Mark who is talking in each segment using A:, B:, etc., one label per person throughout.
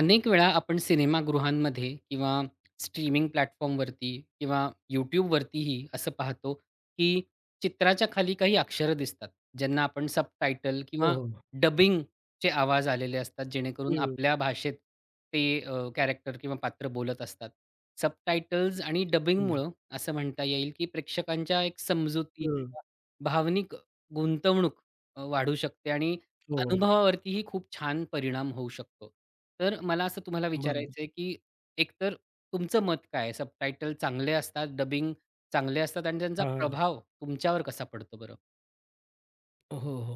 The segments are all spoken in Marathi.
A: अनेक वेळा आपण सिनेमागृहांमध्ये किंवा स्ट्रीमिंग प्लॅटफॉर्मवरती किंवा यूट्यूबवरतीही असं पाहतो की चित्राच्या खाली काही अक्षरं दिसतात ज्यांना आपण सबटायटल
B: हो,
A: किंवा
B: हो.
A: डबिंगचे आवाज आलेले असतात जेणेकरून
B: हं,
A: आपल्या भाषेत ते कॅरेक्टर किंवा पात्र बोलत असतात. सबटायटल्स आणि
B: हं,
A: डबिंगमुळं असं म्हणता येईल की प्रेक्षकांच्या एक समजुती,
B: हं.
A: भावनिक गुंतवणूक वाढू शकते आणि
B: हो,
A: अनुभवावरतीही खूप छान परिणाम होऊ शकतो. तर मला असं तुम्हाला
B: बरोबर.
A: विचारायचं आहे, की एकतर तुमचं मत काय आहे? सबटायटल चांगले असतात, डबिंग चांगले असतात आणि त्यांचा
B: हां, हां.
A: प्रभाव तुमच्यावर कसा पडतो बरं?
B: हो, हो.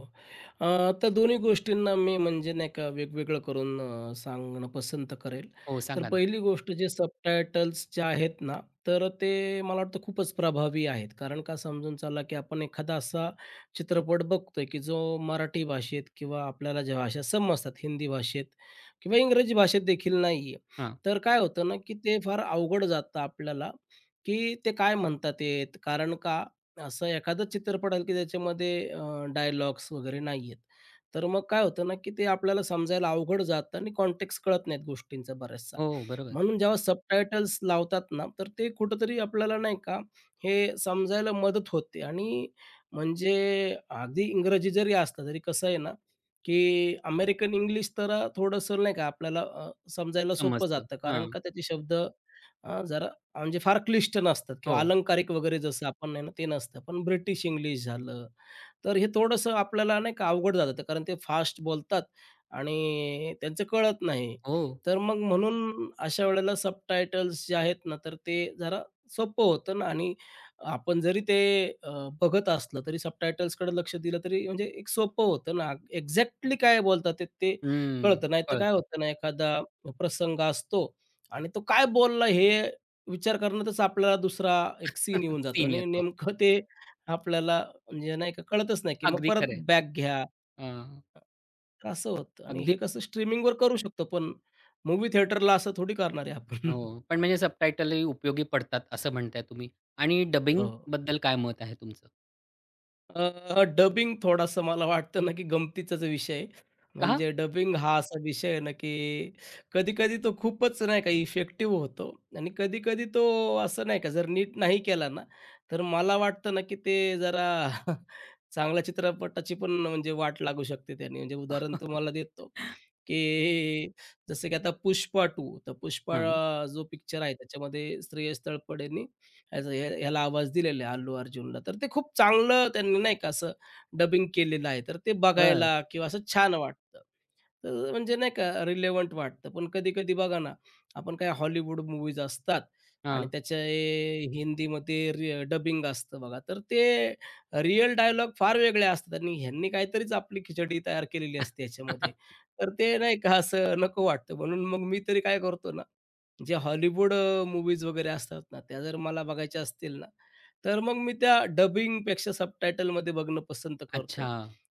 B: तर दोन्ही गोष्टींना मी म्हणजे नाही का वेगवेगळं करून सांगणं पसंत करेल.
A: हो,
B: तर
A: सांगा ना?
B: पहिली गोष्ट जे सबटायटल्स जे आहेत ना, तर ते मला वाटतं खूपच प्रभावी आहेत. कारण का समजून चला, की आपण एखादा असा चित्रपट बघतोय, की जो मराठी भाषेत किंवा आपल्याला ज्या भाषा समजतात हिंदी भाषेत किंवा इंग्रजी भाषेत देखील नाहीये.
A: हां.
B: तर काय होतं ना, की ते फार अवघड जातं आपल्याला, की ते काय म्हणतात आहेत. कारण का असं एखादंच चित्रपट आलं की त्याच्यामध्ये डायलॉग्स वगैरे नाहीयेत. तर मग काय होतं ना, की ते आपल्याला समजायला अवघड जातं आणि कॉन्टेक्स्ट कळत नाहीत गोष्टींचा बऱ्याचसा.
A: हो, हो, बरोबर.
B: म्हणून जेव्हा सबटायटल्स लावतात ना, तर ते कुठेतरी आपल्याला नाही का, हे समजायला मदत होते आणि म्हणजे अगदी इंग्रजी जरी असलं तरी कसं आहे ना, की अमेरिकन इंग्लिश तर थोडंसं नाही का आपल्याला समजायला सोपं
A: समजतं.
B: जातं. कारण
A: हां.
B: का त्याचे शब्द जरा म्हणजे फार क्लिष्ट नसतात किंवा
A: हो,
B: अलंकारिक वगैरे जसं आपण आहे ना, ते नसतं. पण ब्रिटिश इंग्लिश झालं, तर हे थोडंसं आपल्याला नाही का अवघड जातं. कारण ते फास्ट बोलतात आणि त्यांचं कळत नाही.
A: हो.
B: तर मग म्हणून अशा वेळेला सबटायटल्स जे आहेत ना, तर ते जरा सोपं होतं ना आणि आपण जरी ते अ, बघत असलं तरी सबटायटल्सकडे लक्ष दिलं तरी म्हणजे एक सोपं होतं ना. एक्झॅक्टली काय बोलतात ते ते
A: हं.
B: कळतं. नाहीतर काय
A: कळतो.
B: होतं ना, एखादा प्रसंग असतो आणि तो काय बोलला हे विचार करण्यातच आपल्याला दुसरा एक सीन येऊन जातो
A: सीन
B: आणि
A: येतो.
B: नेमकं ते आपल्याला म्हणजे नाही का कळतच नाही, की मग
A: अगदी
B: परत
A: खरं.
B: बॅक घ्या,
A: हां.
B: तर असं होतं आणि
A: अगदी.
B: हे कसं स्ट्रीमिंगवर करू शकतो, पण मूव्ही थिएटरला असं थोडी करणार आहे आपण.
A: हो. पण म्हणजे सबटायटलही उपयोगी पडतात असं म्हणताय तुम्ही आणि
B: हो.
A: डबिंगबद्दल काय मत आहे तुमचं?
B: डबिंग थोडासा मला वाटतं ना, की गमतीचाच विषय आहे.
A: का?
B: म्हणजे डबिंग हा असा विषय आहे ना, की कधी-कधी तो खूपच नाही का इफेक्टिव्ह होतो आणि कधी-कधी तो असं नाही का जर नीट नाही केला ना, तर मला वाटतं ना, की ते जरा चांगल्या चित्रपटाची पण म्हणजे वाट लागू शकते त्याने. म्हणजे उदाहरण तुम्हाला देतो, की जसं की आता पुष्पा 2 तर पुष्पा
A: हां.
B: जो पिक्चर आहे त्याच्यामध्ये श्रेयस तळपडेने ह्याचा ह्या ह्याला आवाज दिलेला आहे अल्लू अर्जुनला. तर ते खूप चांगलं त्यांनी नाही का असं डबिंग केलेलं आहे. तर ते
A: बरं.
B: बघायला किंवा असं छान वाटतं. तर म्हणजे नाही का रिलेव्हंट वाटतं. पण कधी-कधी बघा ना, आपण काय हॉलिवूड मूव्हीज असतात आणि
A: हां.
B: त्याचे हिंदीमध्ये रि डबिंग असतं बघा. तर ते रिअल डायलॉग फार वेगळे असतात आणि ह्यांनी काहीतरीच आपली खिचडी तयार केलेली असते ह्याच्यामध्ये. तर ते नाही का असं नको वाटतं. म्हणून मग मी तरी काय करतो ना, जे हॉलिवूड वगैरे असतात ना, त्या जर मला बघायच्या असतील ना, तर मग मी त्या डबिंगपेक्षा सबटायटलमध्ये बघणं पसंत करतो.
A: अच्छा.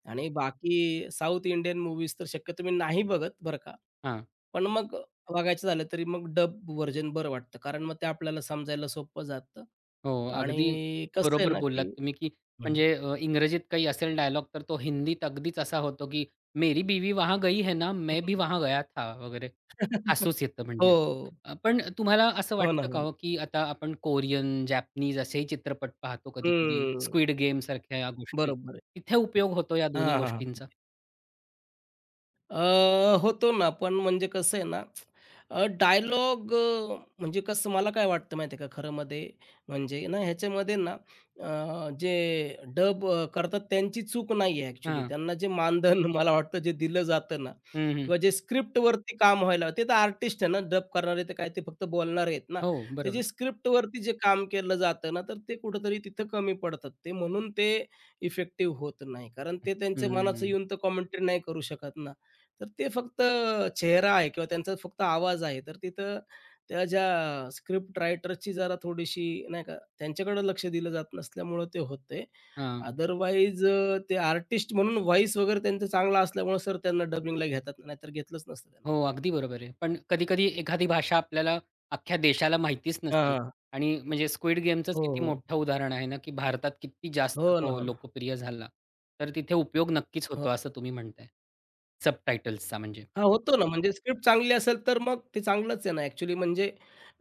B: आणि बाकी साउथ इंडियन मूव्हीज तर शक्यतो मी नाही बघत बरं का.
A: हां.
B: पण मग बघायचं झालं तरी मग डब व्हर्जन बरं वाटतं. कारण मग ते आपल्याला समजायला सोपं जातं
A: हो, अगदी
B: आणि कसं आहे
A: बरोबर
B: ना,
A: बोललात
B: की
A: तुम्ही, की
B: हं.
A: म्हणजे इंग्रजीत काही असेल डायलॉग तर तो हिंदीत अगदीच असा होतो, की "मेरी बीवी वहां गई है ना, मैं भी
B: हं.
A: वहां गया था" वगैरे. हसूच येतं म्हणजे.
B: हो.
A: पण तुम्हाला असं
B: हो ना,
A: वाटतं
B: हो
A: का
B: ना.
A: हो, की आता आपण कोरियन, जॅपनीज असेही चित्रपट पाहतो कधी-कधी,
B: हं.
A: स्क्विड गेमसारख्या या गोष्टी.
B: बरोबर आहे.
A: तिथे उपयोग होतो या
B: हां,
A: दोन्ही
B: हां, हां.
A: गोष्टींचा?
B: होतो ना, पण म्हणजे कसं आहे ना, डायलॉग म्हणजे कसं मला काय वाटतं माहिती आहे का, खरं मध्ये म्हणजे ना ह्याच्यामध्ये ना जे डब करतात त्यांची चूक नाही आहे ॲक्चुअली.
A: हां.
B: त्यांना जे मानधन मला वाटतं जे दिलं जातं ना
A: हं, हं.
B: किंवा जे स्क्रिप्टवरती काम व्हायला ते तर आर्टिस्ट आहे ना, डब करणारे तर काय ते फक्त बोलणारे आहेत ना.
A: हो,
B: ते जे
A: बरोबर.
B: स्क्रिप्टवरती जे काम केलं जातं ना, तर ते कुठेतरी तिथं कमी पडतात ते म्हणून ते इफेक्टिव्ह होत नाही. कारण ते त्यांच्या मनाचं
A: हं.
B: येऊन तर कॉमेंट्री नाही करू शकत ना. तर ते फक्त चेहरा आहे किंवा त्यांचा फक्त आवाज आहे. तर तिथं त्या ज्या स्क्रिप्ट रायटरची जरा थोडीशी नाही का, त्यांच्याकडे लक्ष दिलं जात नसल्यामुळं ते होते
A: हां.
B: अदरवाईज ते आर्टिस्ट म्हणून व्हॉईस वगैरे त्यांचा चांगला असल्यामुळे सर त्यांना डबिंगला घेतात, नाहीतर घेतलंच नसतं त्यांना.
A: हो, अगदी बरोबर आहे. पण कधी-कधी एखादी भाषा आपल्याला अख्ख्या देशाला माहितीच नसेल
B: हां, हां.
A: आणि म्हणजे स्क्विड गेमचंच
B: हो,
A: किती
B: हो.
A: मोठं उदाहरण आहे ना, की भारतात किती जास्त
B: हो ना,
A: तो
B: हो ना.
A: लोकप्रिय झाला. तर तिथे उपयोग नक्कीच होतो असं तुम्ही म्हणताय. सबटायटल्सचा म्हणजे.
B: हां, होतो ना, म्हणजे स्क्रिप्ट चांगली असेल तर मग ते चांगलंच आहे ना ॲक्चुअली म्हणजे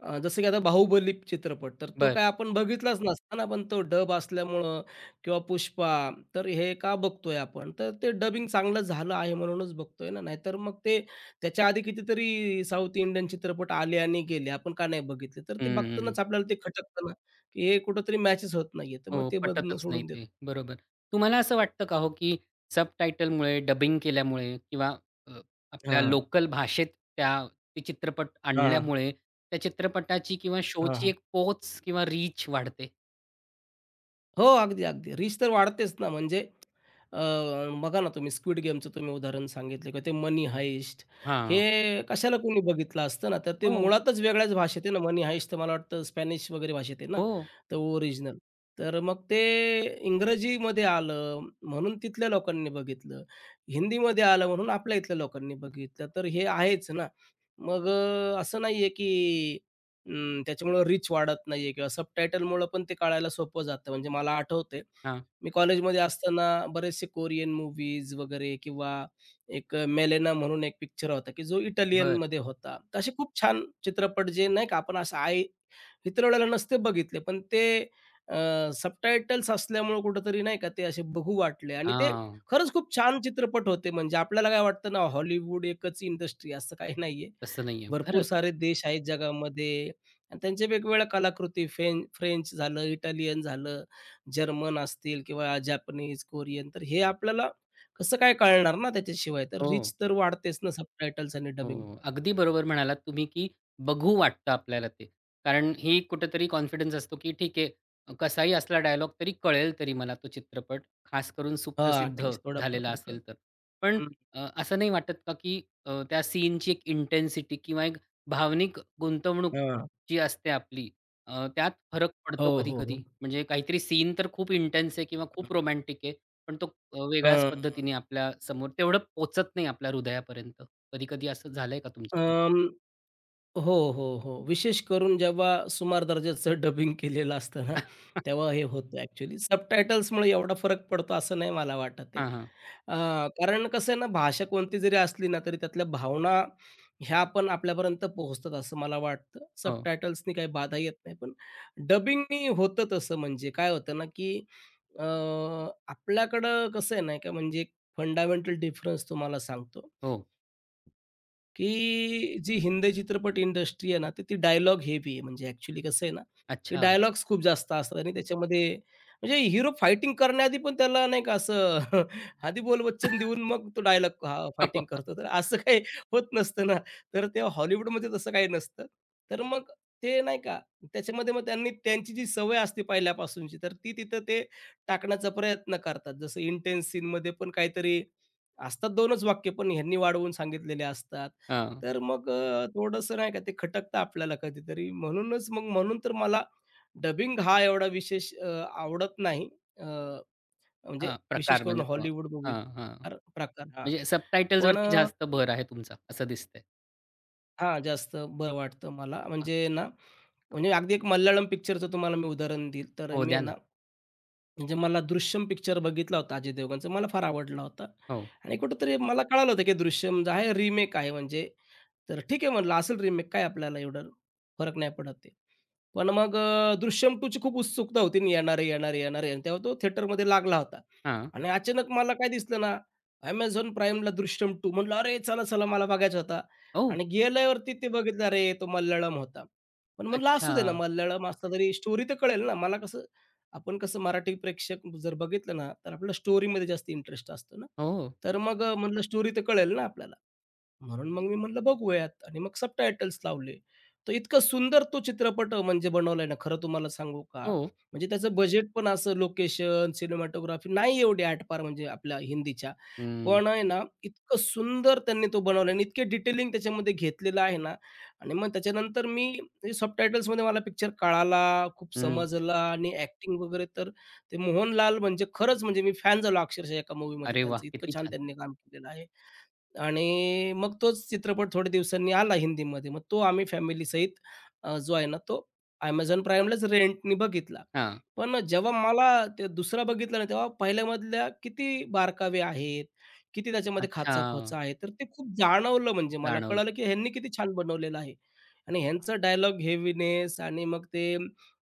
B: जसं की आता बाहुबली चित्रपट, तर तो
A: बरं.
B: काय आपण बघितलाच नसता ना, पण तो डब असल्यामुळं किंवा पुष्पा, तर हे का बघतोय आपण? तर ते डबिंग चांगलं झालं आहे म्हणूनच बघतोय ना, नाहीतर मग ते त्याच्या आधी कितीतरी साऊथ इंडियन चित्रपट आले आणि गेले, आपण का नाही बघितले? तर ते
A: हं.
B: बघतानाच आपल्याला ते खटकतं ना, की हे कुठेतरी मॅचच होत नाहीये, तर मग
A: हो,
B: ते बघणं
A: पटतच नाही
B: सोडून देतो.
A: ते. बरोबर. तुम्हाला असं वाटतं का हो, की सबटायटलमुळे, डबिंग केल्यामुळे किंवा अ, आपल्या
B: हां.
A: लोकल भाषेत त्या ते चित्रपट
B: हां, हां.
A: आणल्यामुळे त्या चित्रपटाची किंवा शोची
B: हां,
A: एक पोच किंवा रीच वाढते?
B: हो, अगदी, अगदी. रीच तर वाढतेच ना, म्हणजे अ, बघा ना तुम्ही स्क्विड गेमचं तुम्ही उदाहरण सांगितलं किंवा ते मनी हाइस्ट हे
A: हां.
B: कशाला कोणी बघितलं असतं ना, तर ते
A: हो,
B: मुळातच वेगळ्याच भाषेत आहे ना, मनी हाइस्ट तर मला वाटतं स्पॅनिश वगैरे भाषेत आहे ना,
A: हो.
B: तर ओरिजिनल. तर मग ते इंग्रजीमध्ये आलं म्हणून तिथल्या लोकांनी बघितलं. हिंदीमध्ये आलं म्हणून आपल्या इथल्या लोकांनी बघितलं. तर हे आहेच ना. मग असं नाहीये की त्याच्यामुळं रीच वाढत नाहीये किंवा सबटायटलमुळं पण ते कळायला सोपं जातं. म्हणजे मला आठवतंय,
A: हां.
B: मी कॉलेजमध्ये असताना बरेचसे कोरियन मूव्हीज वगैरे किंवा एक मेलेना म्हणून एक पिक्चर होता, की जो
A: बरं.
B: इटालियनमध्ये होता. तर असे खूप छान चित्रपट जे नाही का आपण असं आई हितरवल्याला नसते बघितले, पण ते सबटायटल्स असल्यामुळं कुठेतरी नाही का ते असे बघू वाटले आणि ते
A: हां.
B: खरंच खूप छान चित्रपट होते. म्हणजे आपल्याला काय वाटतं ना, हॉलिवूड एकच इंडस्ट्री असं काही नाहीये.
A: तसं नाहीये.
B: भरपूर
A: खरंच.
B: सारे देश आहेत जगामध्ये आणि त्यांच्या वेगवेगळ्या कलाकृती फेन फ्रेंच झालं, इटालियन झालं, जर्मन असतील किंवा जॅपनीज, कोरियन तर हे आपल्याला कसं काय कळणार ना त्याच्याशिवाय? तर
A: हो.
B: रिच तर वाढतेच ना सबटायटल्स आणि
A: हो.
B: डबिंगमुळं.
A: अगदी बरोबर म्हणालात तुम्ही, की बघू वाटतं आपल्याला ते. कारण ही कुठेतरी कॉन्फिडन्स असतो, की ठीक आहे, कसाही असला डायलॉग तरी कळेल तरी मला तो चित्रपट, खास करून
B: हां, ॲट
A: सुप्रसिद्ध
B: थोडाफार
A: झालेला
B: तरी कळतं.
A: असेल तर. पण असं नाही वाटत का, की त्या सीनची एक इंटेन्सिटी किंवा एक भावनिक गुंतवणूक जी असते आपली त्यात फरक पडतो
B: हो, हो,
A: कधी-कधी?
B: हो.
A: म्हणजे काहीतरी सीन तर खूप इंटेन्स आहे किंवा खूप
B: हं.
A: रोमॅन्टिक आहे, पण तो वेगळ्याच पद्धतीने आपल्या समोर तेवढं पोहचत नाही आपल्या हृदयापर्यंत. कधी-कधी असं झालंय का तुमच्या.
B: अं, हो, हो, हो. विशेष करून जेव्हा सुमार दर्जाचं डबिंग केलेलं असतं ना, तेव्हा हे होतं ॲक्चुअली. सबटायटल्समुळे एवढा फरक पडतो असं नाही मला वाटत आहे.
A: हां, हां.
B: अ, कारण कसं आहे ना, भाषा कोणती जरी असली ना, तरी त्यातल्या भावना ह्या पण आपल्यापर्यंत पोहोचतात असं मला वाटतं.
A: हो,
B: सबटायटल्सनी काही बाधा येत नाही. पण डबिंगनी होतं तसं म्हणजे काय होतं ना, की अ, आपल्याकडं कसं आहे ना, का म्हणजे फंडामेंटल डिफरन्स तुम्हाला सांगतो.
A: हो.
B: की जी हिंदी चित्रपट इंडस्ट्री आहे ना, तर ती डायलॉग हेवी आहे. म्हणजे ॲक्चुअली कसं आहे ना, की
A: अच्छा.
B: डायलॉग्स खूप जास्त असतात आणि त्याच्यामध्ये म्हणजे हिरो फायटिंग करण्याआधी पण त्याला नाही का असं आधी बोलवचन देऊन मग तो डायलॉग हा फायटिंग करतो. तर असं काही होत नसतं ना. तर तेव्हा हॉलिवूडमध्ये तसं काही नसतं. तर मग ते नाही का, त्याच्यामध्ये मग त्यांनी त्यांची जी सवय असते पहिल्यापासूनची, तर ती तिथं ते टाकण्याचा प्रयत्न करतात. जसं इंटेन्स सीनमध्ये पण काहीतरी असतात 2च वाक्य, पण ह्यांनी वाढवून सांगितलेले असतात.
A: हां,
B: तर मग नाही का ते खटकतं आपल्याला कधीतरी. म्हणूनच मग म्हणून तर मला डबिंग हा एवढा विशेष आवडत नाही. अ, म्हणजे
A: हां.
B: विशेष
A: प्रकार
B: करून
A: म्हणजे तो.
B: हॉलिवूड मूव्हीज
A: हां, हां.
B: अर प्रकार हां.
A: म्हणजे
B: पण
A: सबटायटल्सवरती जास्त भर आहे तुमचा असं दिसतंय.
B: हां, जास्त बरं वाटतं मला.
A: अ,
B: म्हणजे ना म्हणजे अगदी एक मल्याळम पिक्चरचं तुम्हाला मी उदाहरण देईल. तर
A: हो
B: मी
A: द्या ना.
B: ना म्हणजे मला दृश्यम पिक्चर बघितला होता अजय देवगणचा. मला फार आवडला होता
A: हो.
B: आणि कुठेतरी मला कळालं होतं, की दृश्यम जो आहे रिमेक आहे म्हणजे. तर ठीक आहे म्हटलं असेल रिमेक काय आपल्याला एवढं फरक नाही पडत ते. पण मग दृश्यम 2 ची खूप उत्सुकता होती आणि येणार आहे, येणार आणि तेव्हा तो थिएटरमध्ये लागला होता
A: हां.
B: आणि अचानक मला काय दिसलं ना, Amazon Primeला दृश्यम 2 म्हटलं, "अरे चला, चला मला बघायचा होता."
A: ओह!
B: आणि गेल्यावरती ते बघितलं, अरे तो मल्याळम होता. पण म्हटलं
A: अच्छा.
B: असू दे ना, मल्याळम असला तरी स्टोरी तर कळेल ना. मला कसं आपण कसं मराठी प्रेक्षक जर बघितलं ना, तर आपल्याला स्टोरीमध्ये जास्त इंटरेस्ट असतो ना.
A: हो,
B: तर मग म्हणलं स्टोरी तर कळेल ना आपल्याला. म्हणून मग मी म्हटलं बघूयात आणि मग सबटायटल्स लावले. तर इतकं सुंदर तो चित्रपट म्हणजे बनवलाय ना, खरं तुम्हाला सांगू का,
A: हो.
B: म्हणजे त्याचं बजेट पण असं लोकेशन, सिनेमॅटोग्राफी नाही एवढी आटपार म्हणजे आपल्या हिंदीच्या.
A: हं,
B: पण आहे ना, इतकं सुंदर त्यांनी तो बनवला आणि इतके डिटेलिंग त्याच्यामध्ये घेतलेलं आहे ना आणि मग त्याच्यानंतर मी सबटायटल्समध्ये मला पिक्चर कळाला, खूप
A: हं.
B: समजला आणि ॲक्टिंग वगैरे तर ते मोहनलाल म्हणजे खरंच म्हणजे मी फॅन झालो अक्षरशः एका मूव्हीमध्ये
A: अरे वाह!
B: त्यांचं. इतकं
A: किती
B: छान
A: छान.
B: त्यांनी काम केलेलं आहे. आणि मग तोच चित्रपट थोड्या दिवसांनी आला हिंदीमध्ये. मग तो आम्ही फॅमिलीसहित जो आहे ना, तो Amazon प्राईमलाच रेंटनी बघितला.
A: हां.
B: पण जेव्हा मला ते दुसरा बघितला ना, तेव्हा पहिल्यामधल्या किती बारकावे आहेत, किती त्याच्यामध्ये
A: अच्छा.
B: खाचाखोचा आहे, तर ते खूप जाणवलं म्हणजे मला
A: जाणवलं.
B: कळालं, की ह्यांनी किती छान बनवलेलं आहे. आणि ह्यांचं डायलॉग हेवीनेस आणि मग ते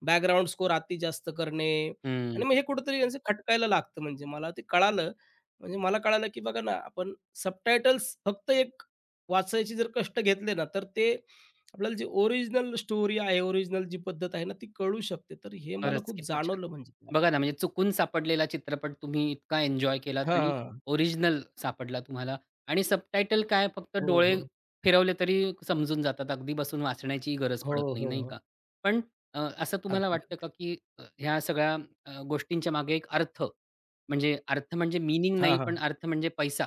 B: बॅकग्राऊंड स्कोर अति जास्त करणे आणि मग हे कुठेतरी यांचं खटकायला लागतं म्हणजे मला ते कळालं म्हणजे मला कळालं, की बघा ना, आपण सबटायटल्स फक्त एक वाचायचे जर कष्ट घेतले ना, तर ते आपल्याला जी ओरिजिनल स्टोरी आहे, ओरिजिनल जी पद्धत आहे ना, ती कळू शकते. तर हे मला
A: खरंच,
B: खूप
A: किती छान.
B: जाणवलं म्हणजे
A: बघा
B: त्यावेळेला.
A: ना, म्हणजे चुकून सापडलेला चित्रपट तुम्ही इतका एन्जॉय केलात
B: हां,
A: आणि
B: हां.
A: ओरिजिनल सापडला तुम्हाला आणि सबटायटल काय फक्त
B: हो,
A: डोळे
B: हो.
A: फिरवले तरी समजून जातात. अगदी बसून वाचण्याचीही गरज
B: हो,
A: पडत नाही, नाही
B: हो.
A: का? पण असं तुम्हाला
B: अगदी,
A: वाटतं
B: अगदी.
A: का, की ह्या सगळ्या गोष्टींच्या मागे एक अर्थ म्हणजे अर्थ म्हणजे मीनिंग
B: हां,
A: नाही, पण
B: हां.
A: अर्थ म्हणजे पैसा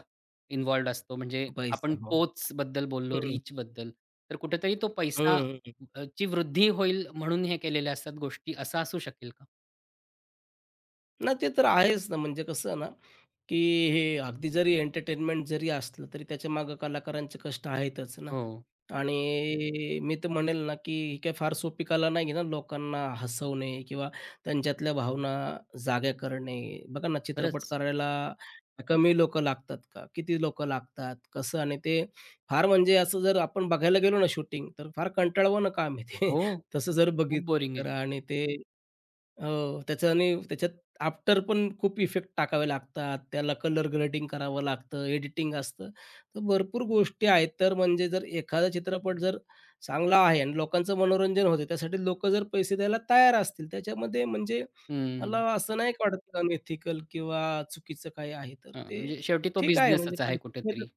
A: इन्व्हॉल्व्ड असतो. म्हणजे आपण
B: पैसा मग.
A: पोचबद्दल बोललो,
B: हं.
A: रीचबद्दल. तर कुठेतरी तो पैसा
B: हं,
A: ची वृद्धी होईल म्हणून हे केलेल्या असतात गोष्टी, असं असू शकेल का?
B: नाही, ते तर आहेच ना. म्हणजे कसं ना, की हे अगदी जरी एंटरटेनमेंट जरी असलं, तरी त्याच्यामागे कलाकारांचे कष्ट आहेतच ना.
A: हो,
B: आणि मी तर म्हणेल ना, की ही काही फार सोपी कला नाही आहे ना, लोकांना हसवणे किंवा त्यांच्यातल्या भावना जाग्या करणे. बघा ना, चित्रपट
A: खरंच.
B: करायला कमी लोकं लागतात का? किती लोकं लागतात? कसं? आणि ते फार म्हणजे असं जर आपण बघायला गेलो ना शूटिंग, तर फार कंटाळवाणं काम आहे ते.
A: हो,
B: तसं जर
A: खूप बोरिंग
B: बघितलं
A: आहे.
B: तर आणि ते हो, त्याच्याने त्याच्यात आफ्टर पण खूप इफेक्ट टाकावे लागतात. त्याला कलर ग्रेडिंग करावं लागतं, एडिटिंग असतं. तर भरपूर गोष्टी आहेत. तर म्हणजे जर एखादा चित्रपट जर चांगला आहे आणि लोकांचं मनोरंजन होतं, त्यासाठी लोकं जर पैसे द्यायला तयार असतील, त्याच्यामध्ये म्हणजे
A: हं.
B: मला असं नाही का वाटत अनएथिकल किंवा चुकीचं काही आहे. तर
A: हां,
B: ते
A: म्हणजे शेवटी तो
B: ठीक आहे म्हणजे
A: बिझनेसच आहे
B: पैसे
A: कुठेतरी.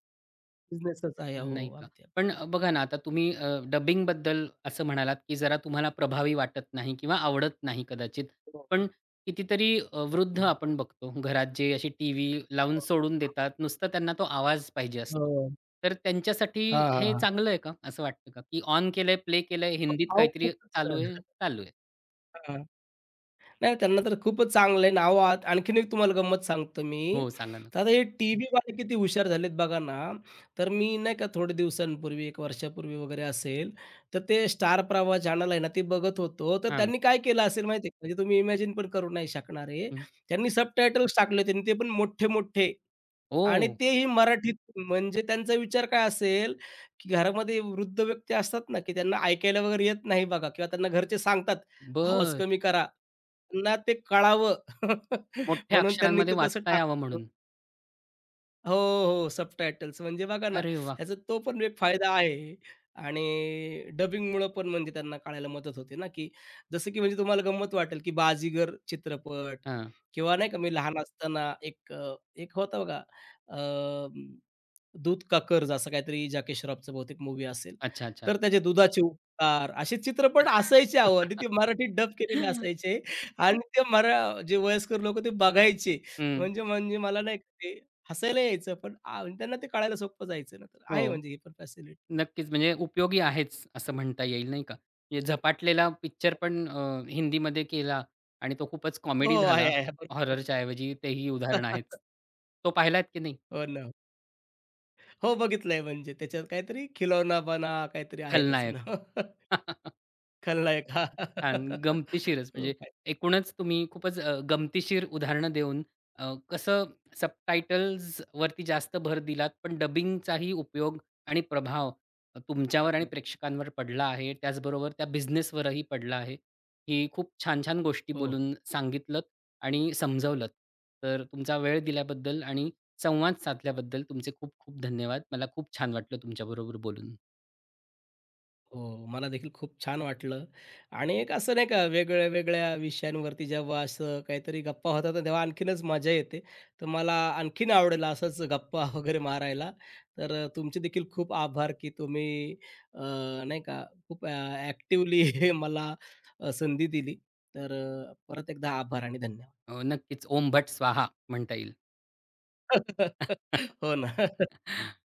B: बिझनेसच आहे. हो,
A: नाही का?
B: अगदी, अगदी.
A: पण बघा ना, आता तुम्ही डबिंग बद्दल असं म्हणालात, की जरा तुम्हाला प्रभावी वाटत नाही किंवा आवडत नाही कदाचित.
B: हो, हो,
A: पण कितीतरी वृद्ध
B: हो,
A: आपण बघतो घरात जे अशी टीव्ही लावून
B: हो.
A: सोडून देतात. नुसता त्यांना तो आवाज पाहिजे असतो.
B: हो.
A: तर त्यांच्यासाठी
B: हां,
A: हे
B: हां,
A: चांगलं आहे का? असं वाटतं का? की ऑन केलंय, प्ले केलंय, हिंदीत
B: अहो
A: काहीतरी चालू आहे?
B: खूपच
A: चालू आहे.
B: नाही, त्यांना तर खूपच चांगले नाव आहात. आणखीन एक तुम्हाला गंमत सांगतो मी.
A: हो, सांगा ना.
B: तर आता हे टीव्हीवाले किती हुशार झालेत बघा ना. तर मी नाही का थोड्या दिवसांपूर्वी, 1 वर्षापूर्वी वगैरे असेल, तर ते स्टार प्रवाह चॅनल आहे ना, ते बघत होतो. तर
A: हां.
B: त्यांनी काय केलं असेल माहिती आहे का? म्हणजे तुम्ही इमॅजिन पण करू नाही शकणार आहे.
A: हं.
B: त्यांनी सबटायटल्स टाकले होते आणि ते पण मोठे-मोठे. आणि
A: ओह!
B: तेही मराठीत. म्हणजे त्यांचा विचार काय असेल, की घरामध्ये वृद्ध व्यक्ती असतात ना, की त्यांना ऐकायला वगैरे येत नाही बघा किंवा त्यांना घरचे सांगतात, "आवाज
A: बरं.
B: कमी करा." त्यांना ते कळावं
A: मोठ्या
B: म्हणून त्यांनी
A: अक्षरांमध्ये
B: ते तसं
A: वाचता यावं
B: टाकलं.
A: म्हणून.
B: हो, हो. सबटायटल्स म्हणजे बघा ना,
A: अरे वाह!
B: ह्याचा तो पण एक फायदा आहे आणि डबिंगमुळं पण म्हणजे त्यांना कळायला मदत होते ना, की जसं की म्हणजे तुम्हाला गंमत वाटेल, की बाजीगर चित्रपट
A: हां.
B: किंवा नाही का मी लहान असताना एक होता बघा अ, दूध का कर्ज असं काहीतरी जॅकी श्रॉफचं बहुतेक मूव्ही असेल.
A: अच्छा, अच्छा.
B: तर त्याचे दुधाचे उपकार असे चित्रपट असायचे अहो आणि ते मराठीत डब केलेले असायचे आणि ते मरा जे वयस्कर लोकं ते बघायचे.
A: हं.
B: म्हणजे म्हणजे मला नाही का ते हसायला यायचं पण आ, आणि त्यांना ते कळायला सोपं जायचं ना, तर आहे
A: हो.
B: म्हणजे ही पण फॅसिलिटी.
A: नक्कीच. म्हणजे उपयोगी आहेच असं म्हणता येईल नाही का? म्हणजे झपाटलेला पिक्चर पण हिंदीमध्ये केला आणि तो खूपच
B: हो,
A: कॉमेडी
B: आहे,
A: झाला.
B: आहे. बरोबर.
A: हॉररच्या ऐवजी तेही उदाहरण आहेच. तो पाहिलात की नाही?
B: हो ना. हो, बघितलंय म्हणजे त्याच्यात काहीतरी खिलौना बना काहीतरी आहे तसं
A: खलनायक.
B: ना खलनायक. हा.
A: छान. गमतीशीरच
B: हो.
A: म्हणजे
B: आहे.
A: एकूणच तुम्ही खूपच गमतीशीर उदाहरणं देऊन कसं सबटायटल्स वरती जास्त भर दिलात, पण डबिंगचाही उपयोग आणि प्रभाव तुमच्यावर आणि
B: हा.
A: प्रेक्षकांवर पडला आहे. त्याचबरोबर त्या बिझनेसवरही पडला आहे. ही खूप छान-छान गोष्टी
B: हो.
A: बोलून सांगितलत आणि समजवलत. तर तुमचा वेळ दिल्याबद्दल आणि संवाद साधल्याबद्दल तुमचे खूप खूप धन्यवाद. मला खूप छान वाटलं तुमच्याबरोबर बोलून.
B: हो, मला देखील खूप छान वाटलं आणि एक असं नाही का वेगळ्या-वेगळ्या विषयांवरती जेव्हा असं काहीतरी गप्पा होतात ना, तेव्हा आणखीनच मजा येते. तर मला आणखीन आवडेल असंच गप्पा वगैरे मारायला. तर तुमचे देखील खूप आभार, की तुम्ही अ, नाही का खूप मला संधी दिली. तर परत एकदा आभार आणि धन्यवाद.
A: नक्कीच ओम भट स्वाहा म्हणता येईल.
B: हो ना.